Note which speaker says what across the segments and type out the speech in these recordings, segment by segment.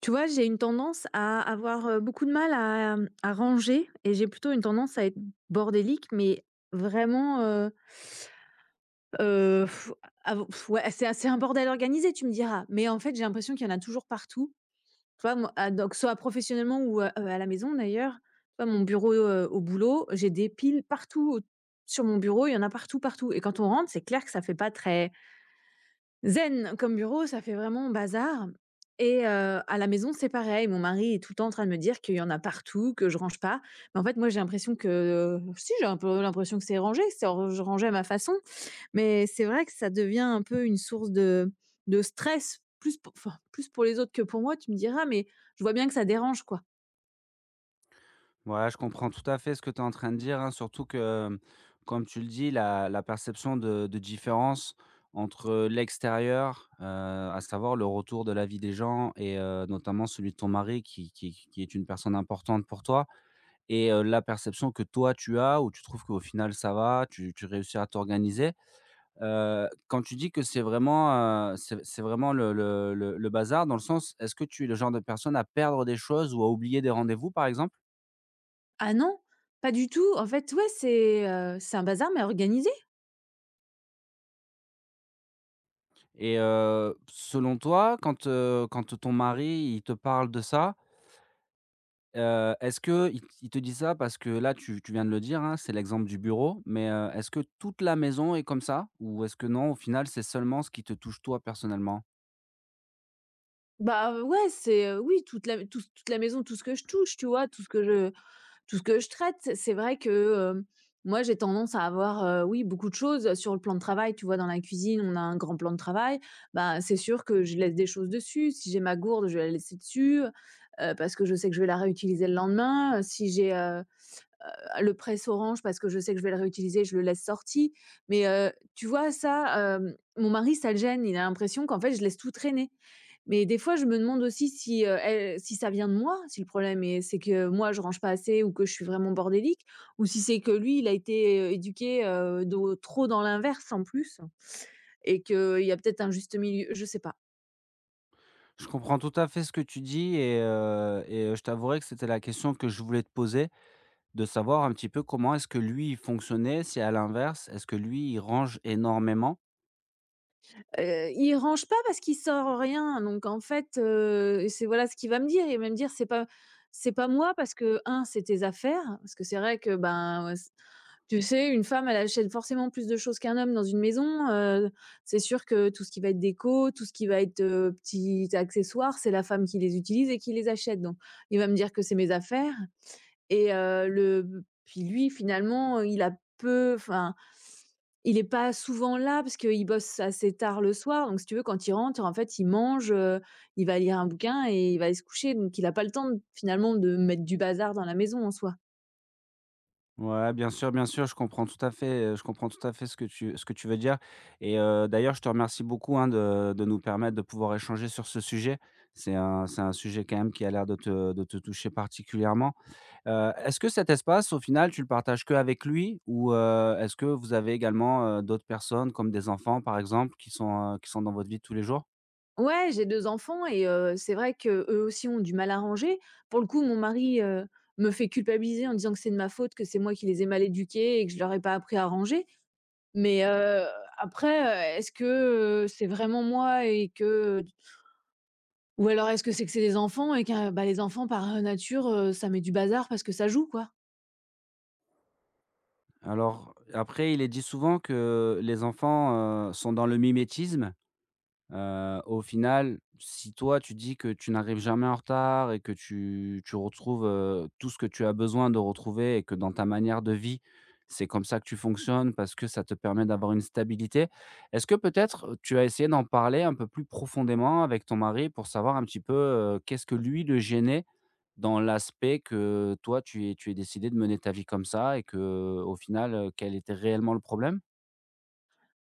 Speaker 1: Tu vois, j'ai une tendance à avoir, beaucoup de mal à, mmh, à ranger et j'ai plutôt une tendance à être bordélique, mais vraiment, heu, à v ouais, c'est assez un bordel organisé, tu me diras, mais en fait, j'ai l'impression qu'il y en a toujours partout. Tu vois, moi, à donc soit professionnellement ou, à la maison d'ailleurs. Tu vois, mon bureau, au boulot, j'ai des piles partout au sur mon bureau, il y en a partout, partout, et quand on rentre, c'est clair que ça fait pas très Zen comme bureau, ça fait vraiment bazar. Et à la maison, c'est pareil. Mon mari est tout le temps en train de me dire qu'il y en a partout, que je range pas. Mais en fait, moi, j'ai l'impression que si, j'ai un peu l'impression que c'est rangé, c'est ran je rangeais à ma façon. Mais c'est vrai que ça devient un peu une source de stress, plus pour les autres que pour moi, tu me diras, mais je vois bien que ça dérange, quoi.
Speaker 2: Ouais, je comprends tout à fait ce que tu es en train de dire, hein, surtout que, mmh, comme tu le dis, la perception de différence entre l'extérieur, à savoir le retour de la vie des gens et notamment celui de ton mari qui est une personne importante pour toi et la perception que toi tu as où tu trouves qu'au final ça va, tu réussis à t'organiser. Quand tu dis que c'est vraiment, c'est vraiment le bazar dans le sens, est-ce que tu es le genre de personne à perdre des choses ou à oublier des rendez-vous par exemple?
Speaker 1: Ah non, pas du tout. En fait, ouais, c'est un bazar mais organisé.
Speaker 2: Et selon toi, quand, quand ton mari, il te parle de ça, est-ce que t il te dit ça parce que là, tu viens de le dire, hein, c'est l'exemple du bureau, mais, est-ce que toute la maison est comme ça? Ou est-ce que non, au final, c'est seulement ce qui te touche toi personnellement?
Speaker 1: Bah, ouais, oui, toute la maison, tout ce que je touche, tu vois? Tout ce que je traite, c'est vrai que, moi j'ai tendance à avoir, oui, beaucoup de choses sur le plan de travail. Tu vois, dans la cuisine, on a un grand plan de travail. Bah, c'est sûr que je laisse des choses dessus. Si j'ai ma gourde, je vais la laisser dessus, parce que je sais que je vais la réutiliser le lendemain. Si j'ai, le presse-orange, parce que je sais que je vais le réutiliser, je le laisse sorti. Mais, tu vois ça, mon mari, ça le gêne. Il a l'impression qu'en fait, je laisse tout traîner. Mais des fois, je me demande aussi si, elle si ça vient de moi, si le problème est c'est que moi je range pas assez ou que je suis vraiment bordélique, ou si c'est que lui, il a été, éduqué, de trop dans l'inverse en plus, et qu'il y a peut-être un juste milieu, je sais pas.
Speaker 2: Je comprends tout à fait ce que tu dis et, je t'avouerai que c'était la question que je voulais te poser, de savoir un petit peu comment est-ce que lui, il fonctionnait? Si à l'inverse, est-ce que lui, il range énormément?
Speaker 1: Il range pas parce qu'il sort rien, donc en fait, c'est voilà ce qu'il va me dire. Il va me dire: C'est pas moi parce que un, c'est tes affaires», parce que c'est vrai que, ben, c tu sais, une femme elle achète forcément plus de choses qu'un homme dans une maison, c'est sûr que tout ce qui va être déco, tout ce qui va être, petits accessoires, c'est la femme qui les utilise et qui les achète, donc il va me dire que c'est mes affaires. Et le puis lui finalement, il a peu enfin il est pas souvent là parce qu'il bosse assez tard le soir, donc si tu veux, quand il rentre, en fait, il mange, il va lire un bouquin et il va aller se coucher, donc il a pas le temps de finalement de mettre du bazar dans la maison en soi.
Speaker 2: Ouais, bien sûr, je comprends tout à fait, je comprends tout à fait ce que tu veux dire et d'ailleurs, je te remercie beaucoup, hein, de nous permettre de pouvoir échanger sur ce sujet. C'est un sujet quand même qui a l'air de te toucher particulièrement. Est-ce que cet espace, au final, tu le partages que avec lui ou est-ce que vous avez également, d'autres personnes comme des enfants, par exemple, qui sont dans votre vie de tous les jours?
Speaker 1: Ouais, j'ai 2 enfants et c'est vrai qu'eux aussi ont du mal à ranger. Pour le coup, mon mari, me fait culpabiliser en disant que c'est de ma faute, que c'est moi qui les ai mal éduqués et que je leur ai pas appris à ranger. Mais après, est-ce que, c'est vraiment moi? Et que ou alors est-ce que c'est des enfants et que, bah, les enfants par, nature, ça met du bazar parce que ça joue, quoi?
Speaker 2: Alors, après, il est dit souvent que les enfants, sont dans le mimétisme. Au final, si toi tu dis que tu n'arrives jamais en retard et que tu retrouves, tout ce que tu as besoin de retrouver et que dans ta manière de vie, c'est comme ça que tu fonctionnes parce que ça te permet d'avoir une stabilité. Est-ce que peut-être tu as essayé d'en parler un peu plus profondément avec ton mari pour savoir un petit peu, qu'est-ce que lui le gênait dans l'aspect que toi tu aies décidé de mener ta vie comme ça et que au final, quel était réellement le problème?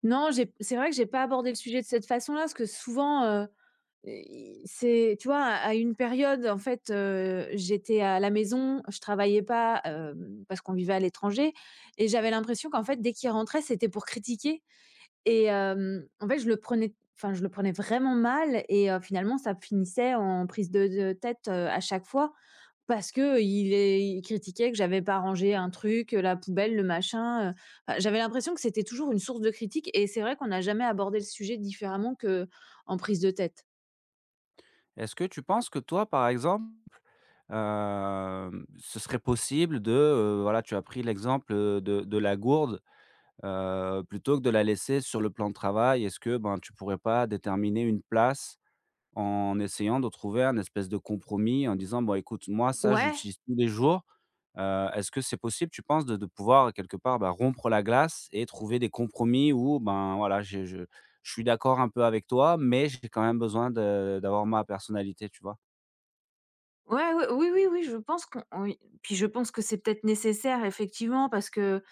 Speaker 1: Non, j'ai c'est vrai que j'ai pas abordé le sujet de cette façon-là, parce que souvent, i c'est tu vois, à une période, en fait, j'étais à la maison, je travaillais pas, parce qu'on vivait à l'étranger, et j'avais l'impression qu'en fait, dès qu'il rentrait, c'était pour critiquer. Et en fait, je le prenais vraiment mal et finalement, ça finissait en prise de tête, à chaque fois. Parce qu'il critiquait que j'avais pas rangé un truc, la poubelle, le machin, j'avais l'impression que c'était toujours une source de critique, et c'est vrai qu'on n'a jamais abordé le sujet différemment que en prise de tête.
Speaker 2: Est-ce que tu penses que toi, par exemple, ce serait possible de, voilà, tu as pris l'exemple, de la gourde, plutôt que de la laisser sur le plan de travail, est-ce que, ben, tu pourrais pas déterminer une place en essayant de trouver un espèce de compromis en disant: «Bon écoute, moi ça
Speaker 1: Ouais,
Speaker 2: j'utilise tous les jours», est-ce que c'est possible tu penses de pouvoir quelque part, bah, rompre la glace et trouver des compromis où, ben, voilà, j'ai je suis d'accord un peu avec toi, mais j'ai quand même besoin de d'avoir ma personnalité, tu vois?
Speaker 1: ouais, oui, oui, oui, je pense qu'on oui, puis je pense que c'est peut-être nécessaire effectivement, parce que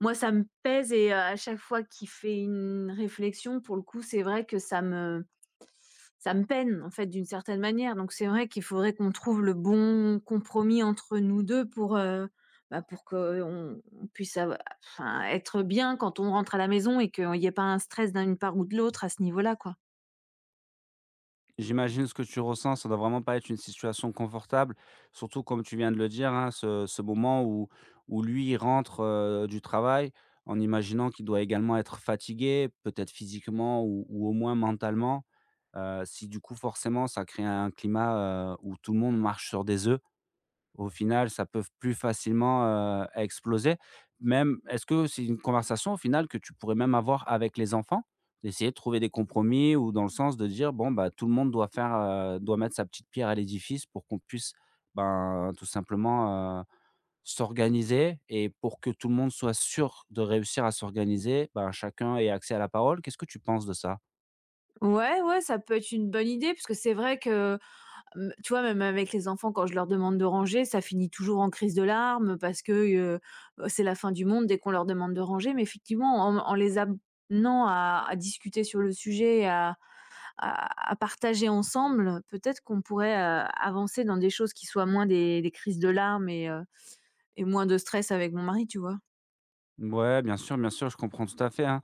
Speaker 1: moi ça me pèse et à chaque fois qu'il fait une réflexion, pour le coup, c'est vrai que ça me peine, en fait, d'une certaine manière. Donc c'est vrai qu'il faudrait qu'on trouve le bon compromis entre nous 2 pour, bah, pour qu'on puisse av enfin, être bien quand on rentre à la maison et qu'il n'y ait pas un stress d'une part ou de l'autre à ce niveau-là, quoi.
Speaker 2: J'imagine ce que tu ressens, ça doit vraiment pas être une situation confortable, surtout comme tu viens de le dire, hein, ce moment où, où lui il rentre du travail en imaginant qu'il doit également être fatigué, peut-être physiquement ou au moins mentalement. Si du coup forcément ça crée un climat où tout le monde marche sur des œufs, au final, ça peut plus facilement, exploser. Même est-ce que c'est une conversation au final que tu pourrais même avoir avec les enfants? D'essayer de trouver des compromis ou dans le sens de dire: «Bon, bah, tout le monde doit faire, doit mettre sa petite pierre à l'édifice pour qu'on puisse, ben, tout simplement, s'organiser» et pour que tout le monde soit sûr de réussir à s'organiser, ben, chacun ait accès à la parole. Qu'est-ce que tu penses de ça?
Speaker 1: Ouais, ouais, ça peut être une bonne idée, parce que c'est vrai que, tu vois, même avec les enfants, quand je leur demande de ranger, ça finit toujours en crise de larmes parce que, c'est la fin du monde dès qu'on leur demande de ranger. Mais effectivement, en les amenant à discuter sur le sujet, à partager ensemble, peut-être qu'on pourrait, avancer dans des choses qui soient moins des crises de larmes et moins de stress avec mon mari, tu vois?
Speaker 2: Ouais, bien sûr, je comprends tout à fait, hein.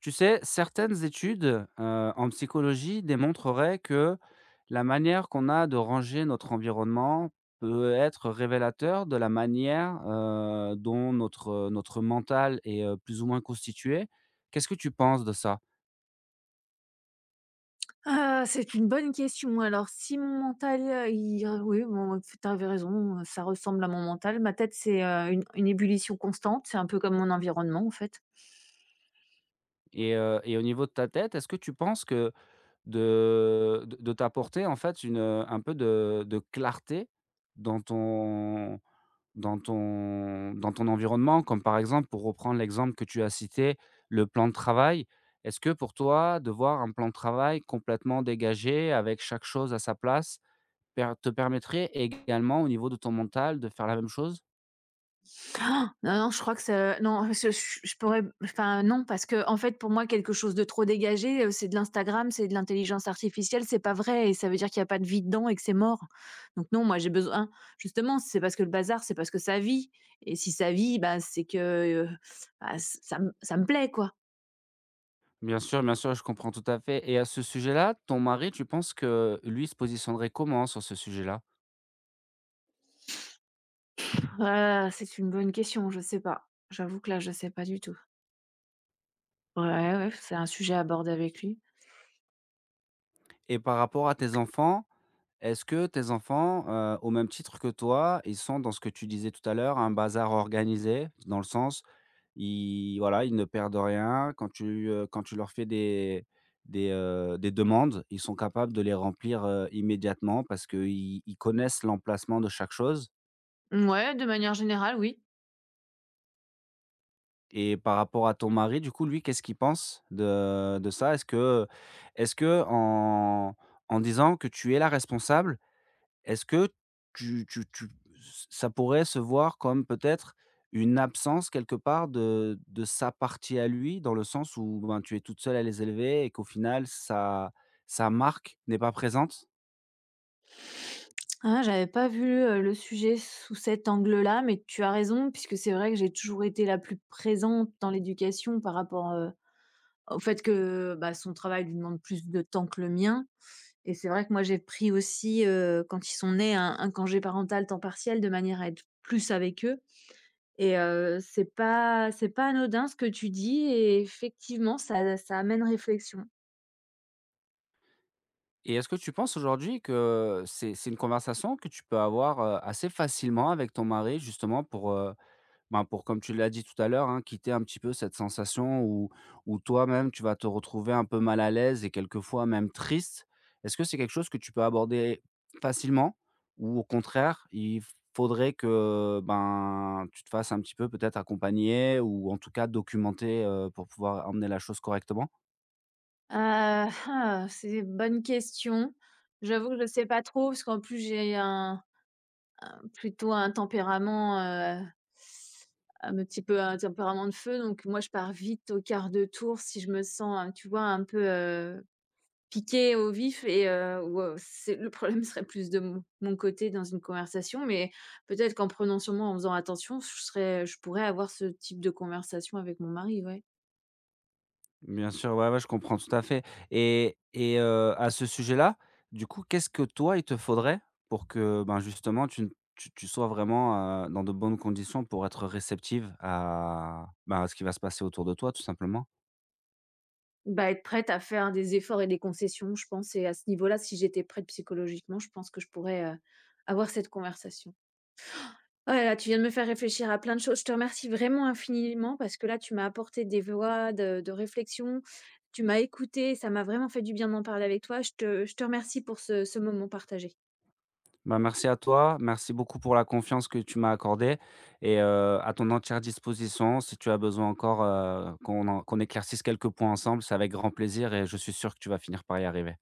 Speaker 2: Tu sais, certaines études en psychologie démontreraient que la manière qu'on a de ranger notre environnement peut être révélateur de la manière dont notre mental est plus ou moins constitué. Qu'est-ce que tu penses de ça?
Speaker 1: Ah, c'est une bonne question. Alors si mon mental, il re oui, bon, tu avais raison, ça ressemble à mon mental. Ma tête, c'est, une ébullition constante, c'est un peu comme mon environnement, en fait.
Speaker 2: Et au niveau de ta tête, est-ce que tu penses que de t'apporter en fait une, un peu de clarté dans ton environnement, comme par exemple, pour reprendre l'exemple que tu as cité, le plan de travail. Est-ce que pour toi, de voir un plan de travail complètement dégagé, avec chaque chose à sa place, per te permettrait également au niveau de ton mental de faire la même chose?
Speaker 1: Han! Non, non, je crois que ce non, ce ch je pourrais enfin non, parce que en fait, pour moi, quelque chose de trop dégagé, c'est de l'Instagram, c'est de l'intelligence artificielle, c'est pas vrai, et ça veut dire qu'il y a pas de vie dedans et que c'est mort. Donc non, moi j'ai besoin justement, si c'est parce que le bazar, c'est parce que ça vit, et si ça vit, bah, c'est que, heu, bah, ç ça me plaît, quoi.
Speaker 2: Bien sûr, je comprends tout à fait et à ce sujet-là, ton mari, tu penses que lui se positionnerait comment sur ce sujet-là?
Speaker 1: C'est une bonne question, je sais pas. J'avoue que là, je sais pas du tout. Ouais, ouais, c'est un sujet à aborder avec lui.
Speaker 2: Et par rapport à tes enfants, est-ce que tes enfants, au même titre que toi, ils sont dans ce que tu disais tout à l'heure, un bazar organisé? Dans le sens, Ils voilà, ils ne perdent rien. Quand tu leur fais des demandes, ils sont capables de les remplir, immédiatement parce qu'ils connaissent l'emplacement de chaque chose.
Speaker 1: Ouais, de manière générale, oui.
Speaker 2: Et par rapport à ton mari, du coup, lui, qu'est-ce qu'il pense de ça? Est-ce que en en disant que tu es la responsable, est-ce que tu tu tu ça pourrait se voir comme peut-être une absence quelque part de sa partie à lui, dans le sens où, ben, tu es toute seule à les élever et qu'au final sa marque n'est pas présente?
Speaker 1: Ah, j'avais pas vu, le sujet sous cet angle-là, mais tu as raison, puisque c'est vrai que j'ai toujours été la plus présente dans l'éducation par rapport, au fait que, bah, son travail lui demande plus de temps que le mien, et c'est vrai que moi j'ai pris aussi, quand ils sont nés, un congé parental temps partiel de manière à être plus avec eux. Et c'est pas anodin ce que tu dis, et effectivement ça amène réflexion.
Speaker 2: Et est-ce que tu penses aujourd'hui que c'est une conversation que tu peux avoir, assez facilement avec ton mari justement pour, ben, pour comme tu l'as dit tout à l'heure, hein, quitter un petit peu cette sensation où où toi-même, tu vas te retrouver un peu mal à l'aise et quelquefois même triste. Est-ce que c'est quelque chose que tu peux aborder facilement ou au contraire, il faudrait que, ben, tu te fasses un petit peu peut-être accompagner ou en tout cas documenter, pour pouvoir emmener la chose correctement?
Speaker 1: C'est une bonne question. J'avoue que je ne sais pas trop, parce qu'en plus j'ai un plutôt un tempérament, un petit peu un tempérament de feu, donc moi je pars vite au quart de tour si je me sens, tu vois, un peu, piquée au vif, et ou c'est le problème serait plus de mon côté dans une conversation, mais peut-être qu'en prenant sur moi, en faisant attention, je pourrais avoir ce type de conversation avec mon mari, ouais.
Speaker 2: Bien sûr, ouais, ouais, je comprends tout à fait et à ce sujet-là, du coup, qu'est-ce que toi, il te faudrait pour que, ben, justement tu ne tu tu sois vraiment, dans de bonnes conditions pour être réceptive à, ben, à ce qui va se passer autour de toi, tout simplement?
Speaker 1: Bah, être prête à faire des efforts et des concessions, je pense, et à ce niveau-là, si j'étais prête psychologiquement, je pense que je pourrais, avoir cette conversation. Oh là là, tu viens de me faire réfléchir à plein de choses. Je te remercie vraiment infiniment, parce que là, tu m'as apporté des voies de réflexion. Tu m'as écouté. Ça m'a vraiment fait du bien d'en parler avec toi. Je te remercie pour ce moment partagé.
Speaker 2: Ben, merci à toi, merci beaucoup pour la confiance que tu m'as accordée et à ton entière disposition. Si tu as besoin encore, qu'on éclaircisse quelques points ensemble, c'est avec grand plaisir et je suis sûr que tu vas finir par y arriver.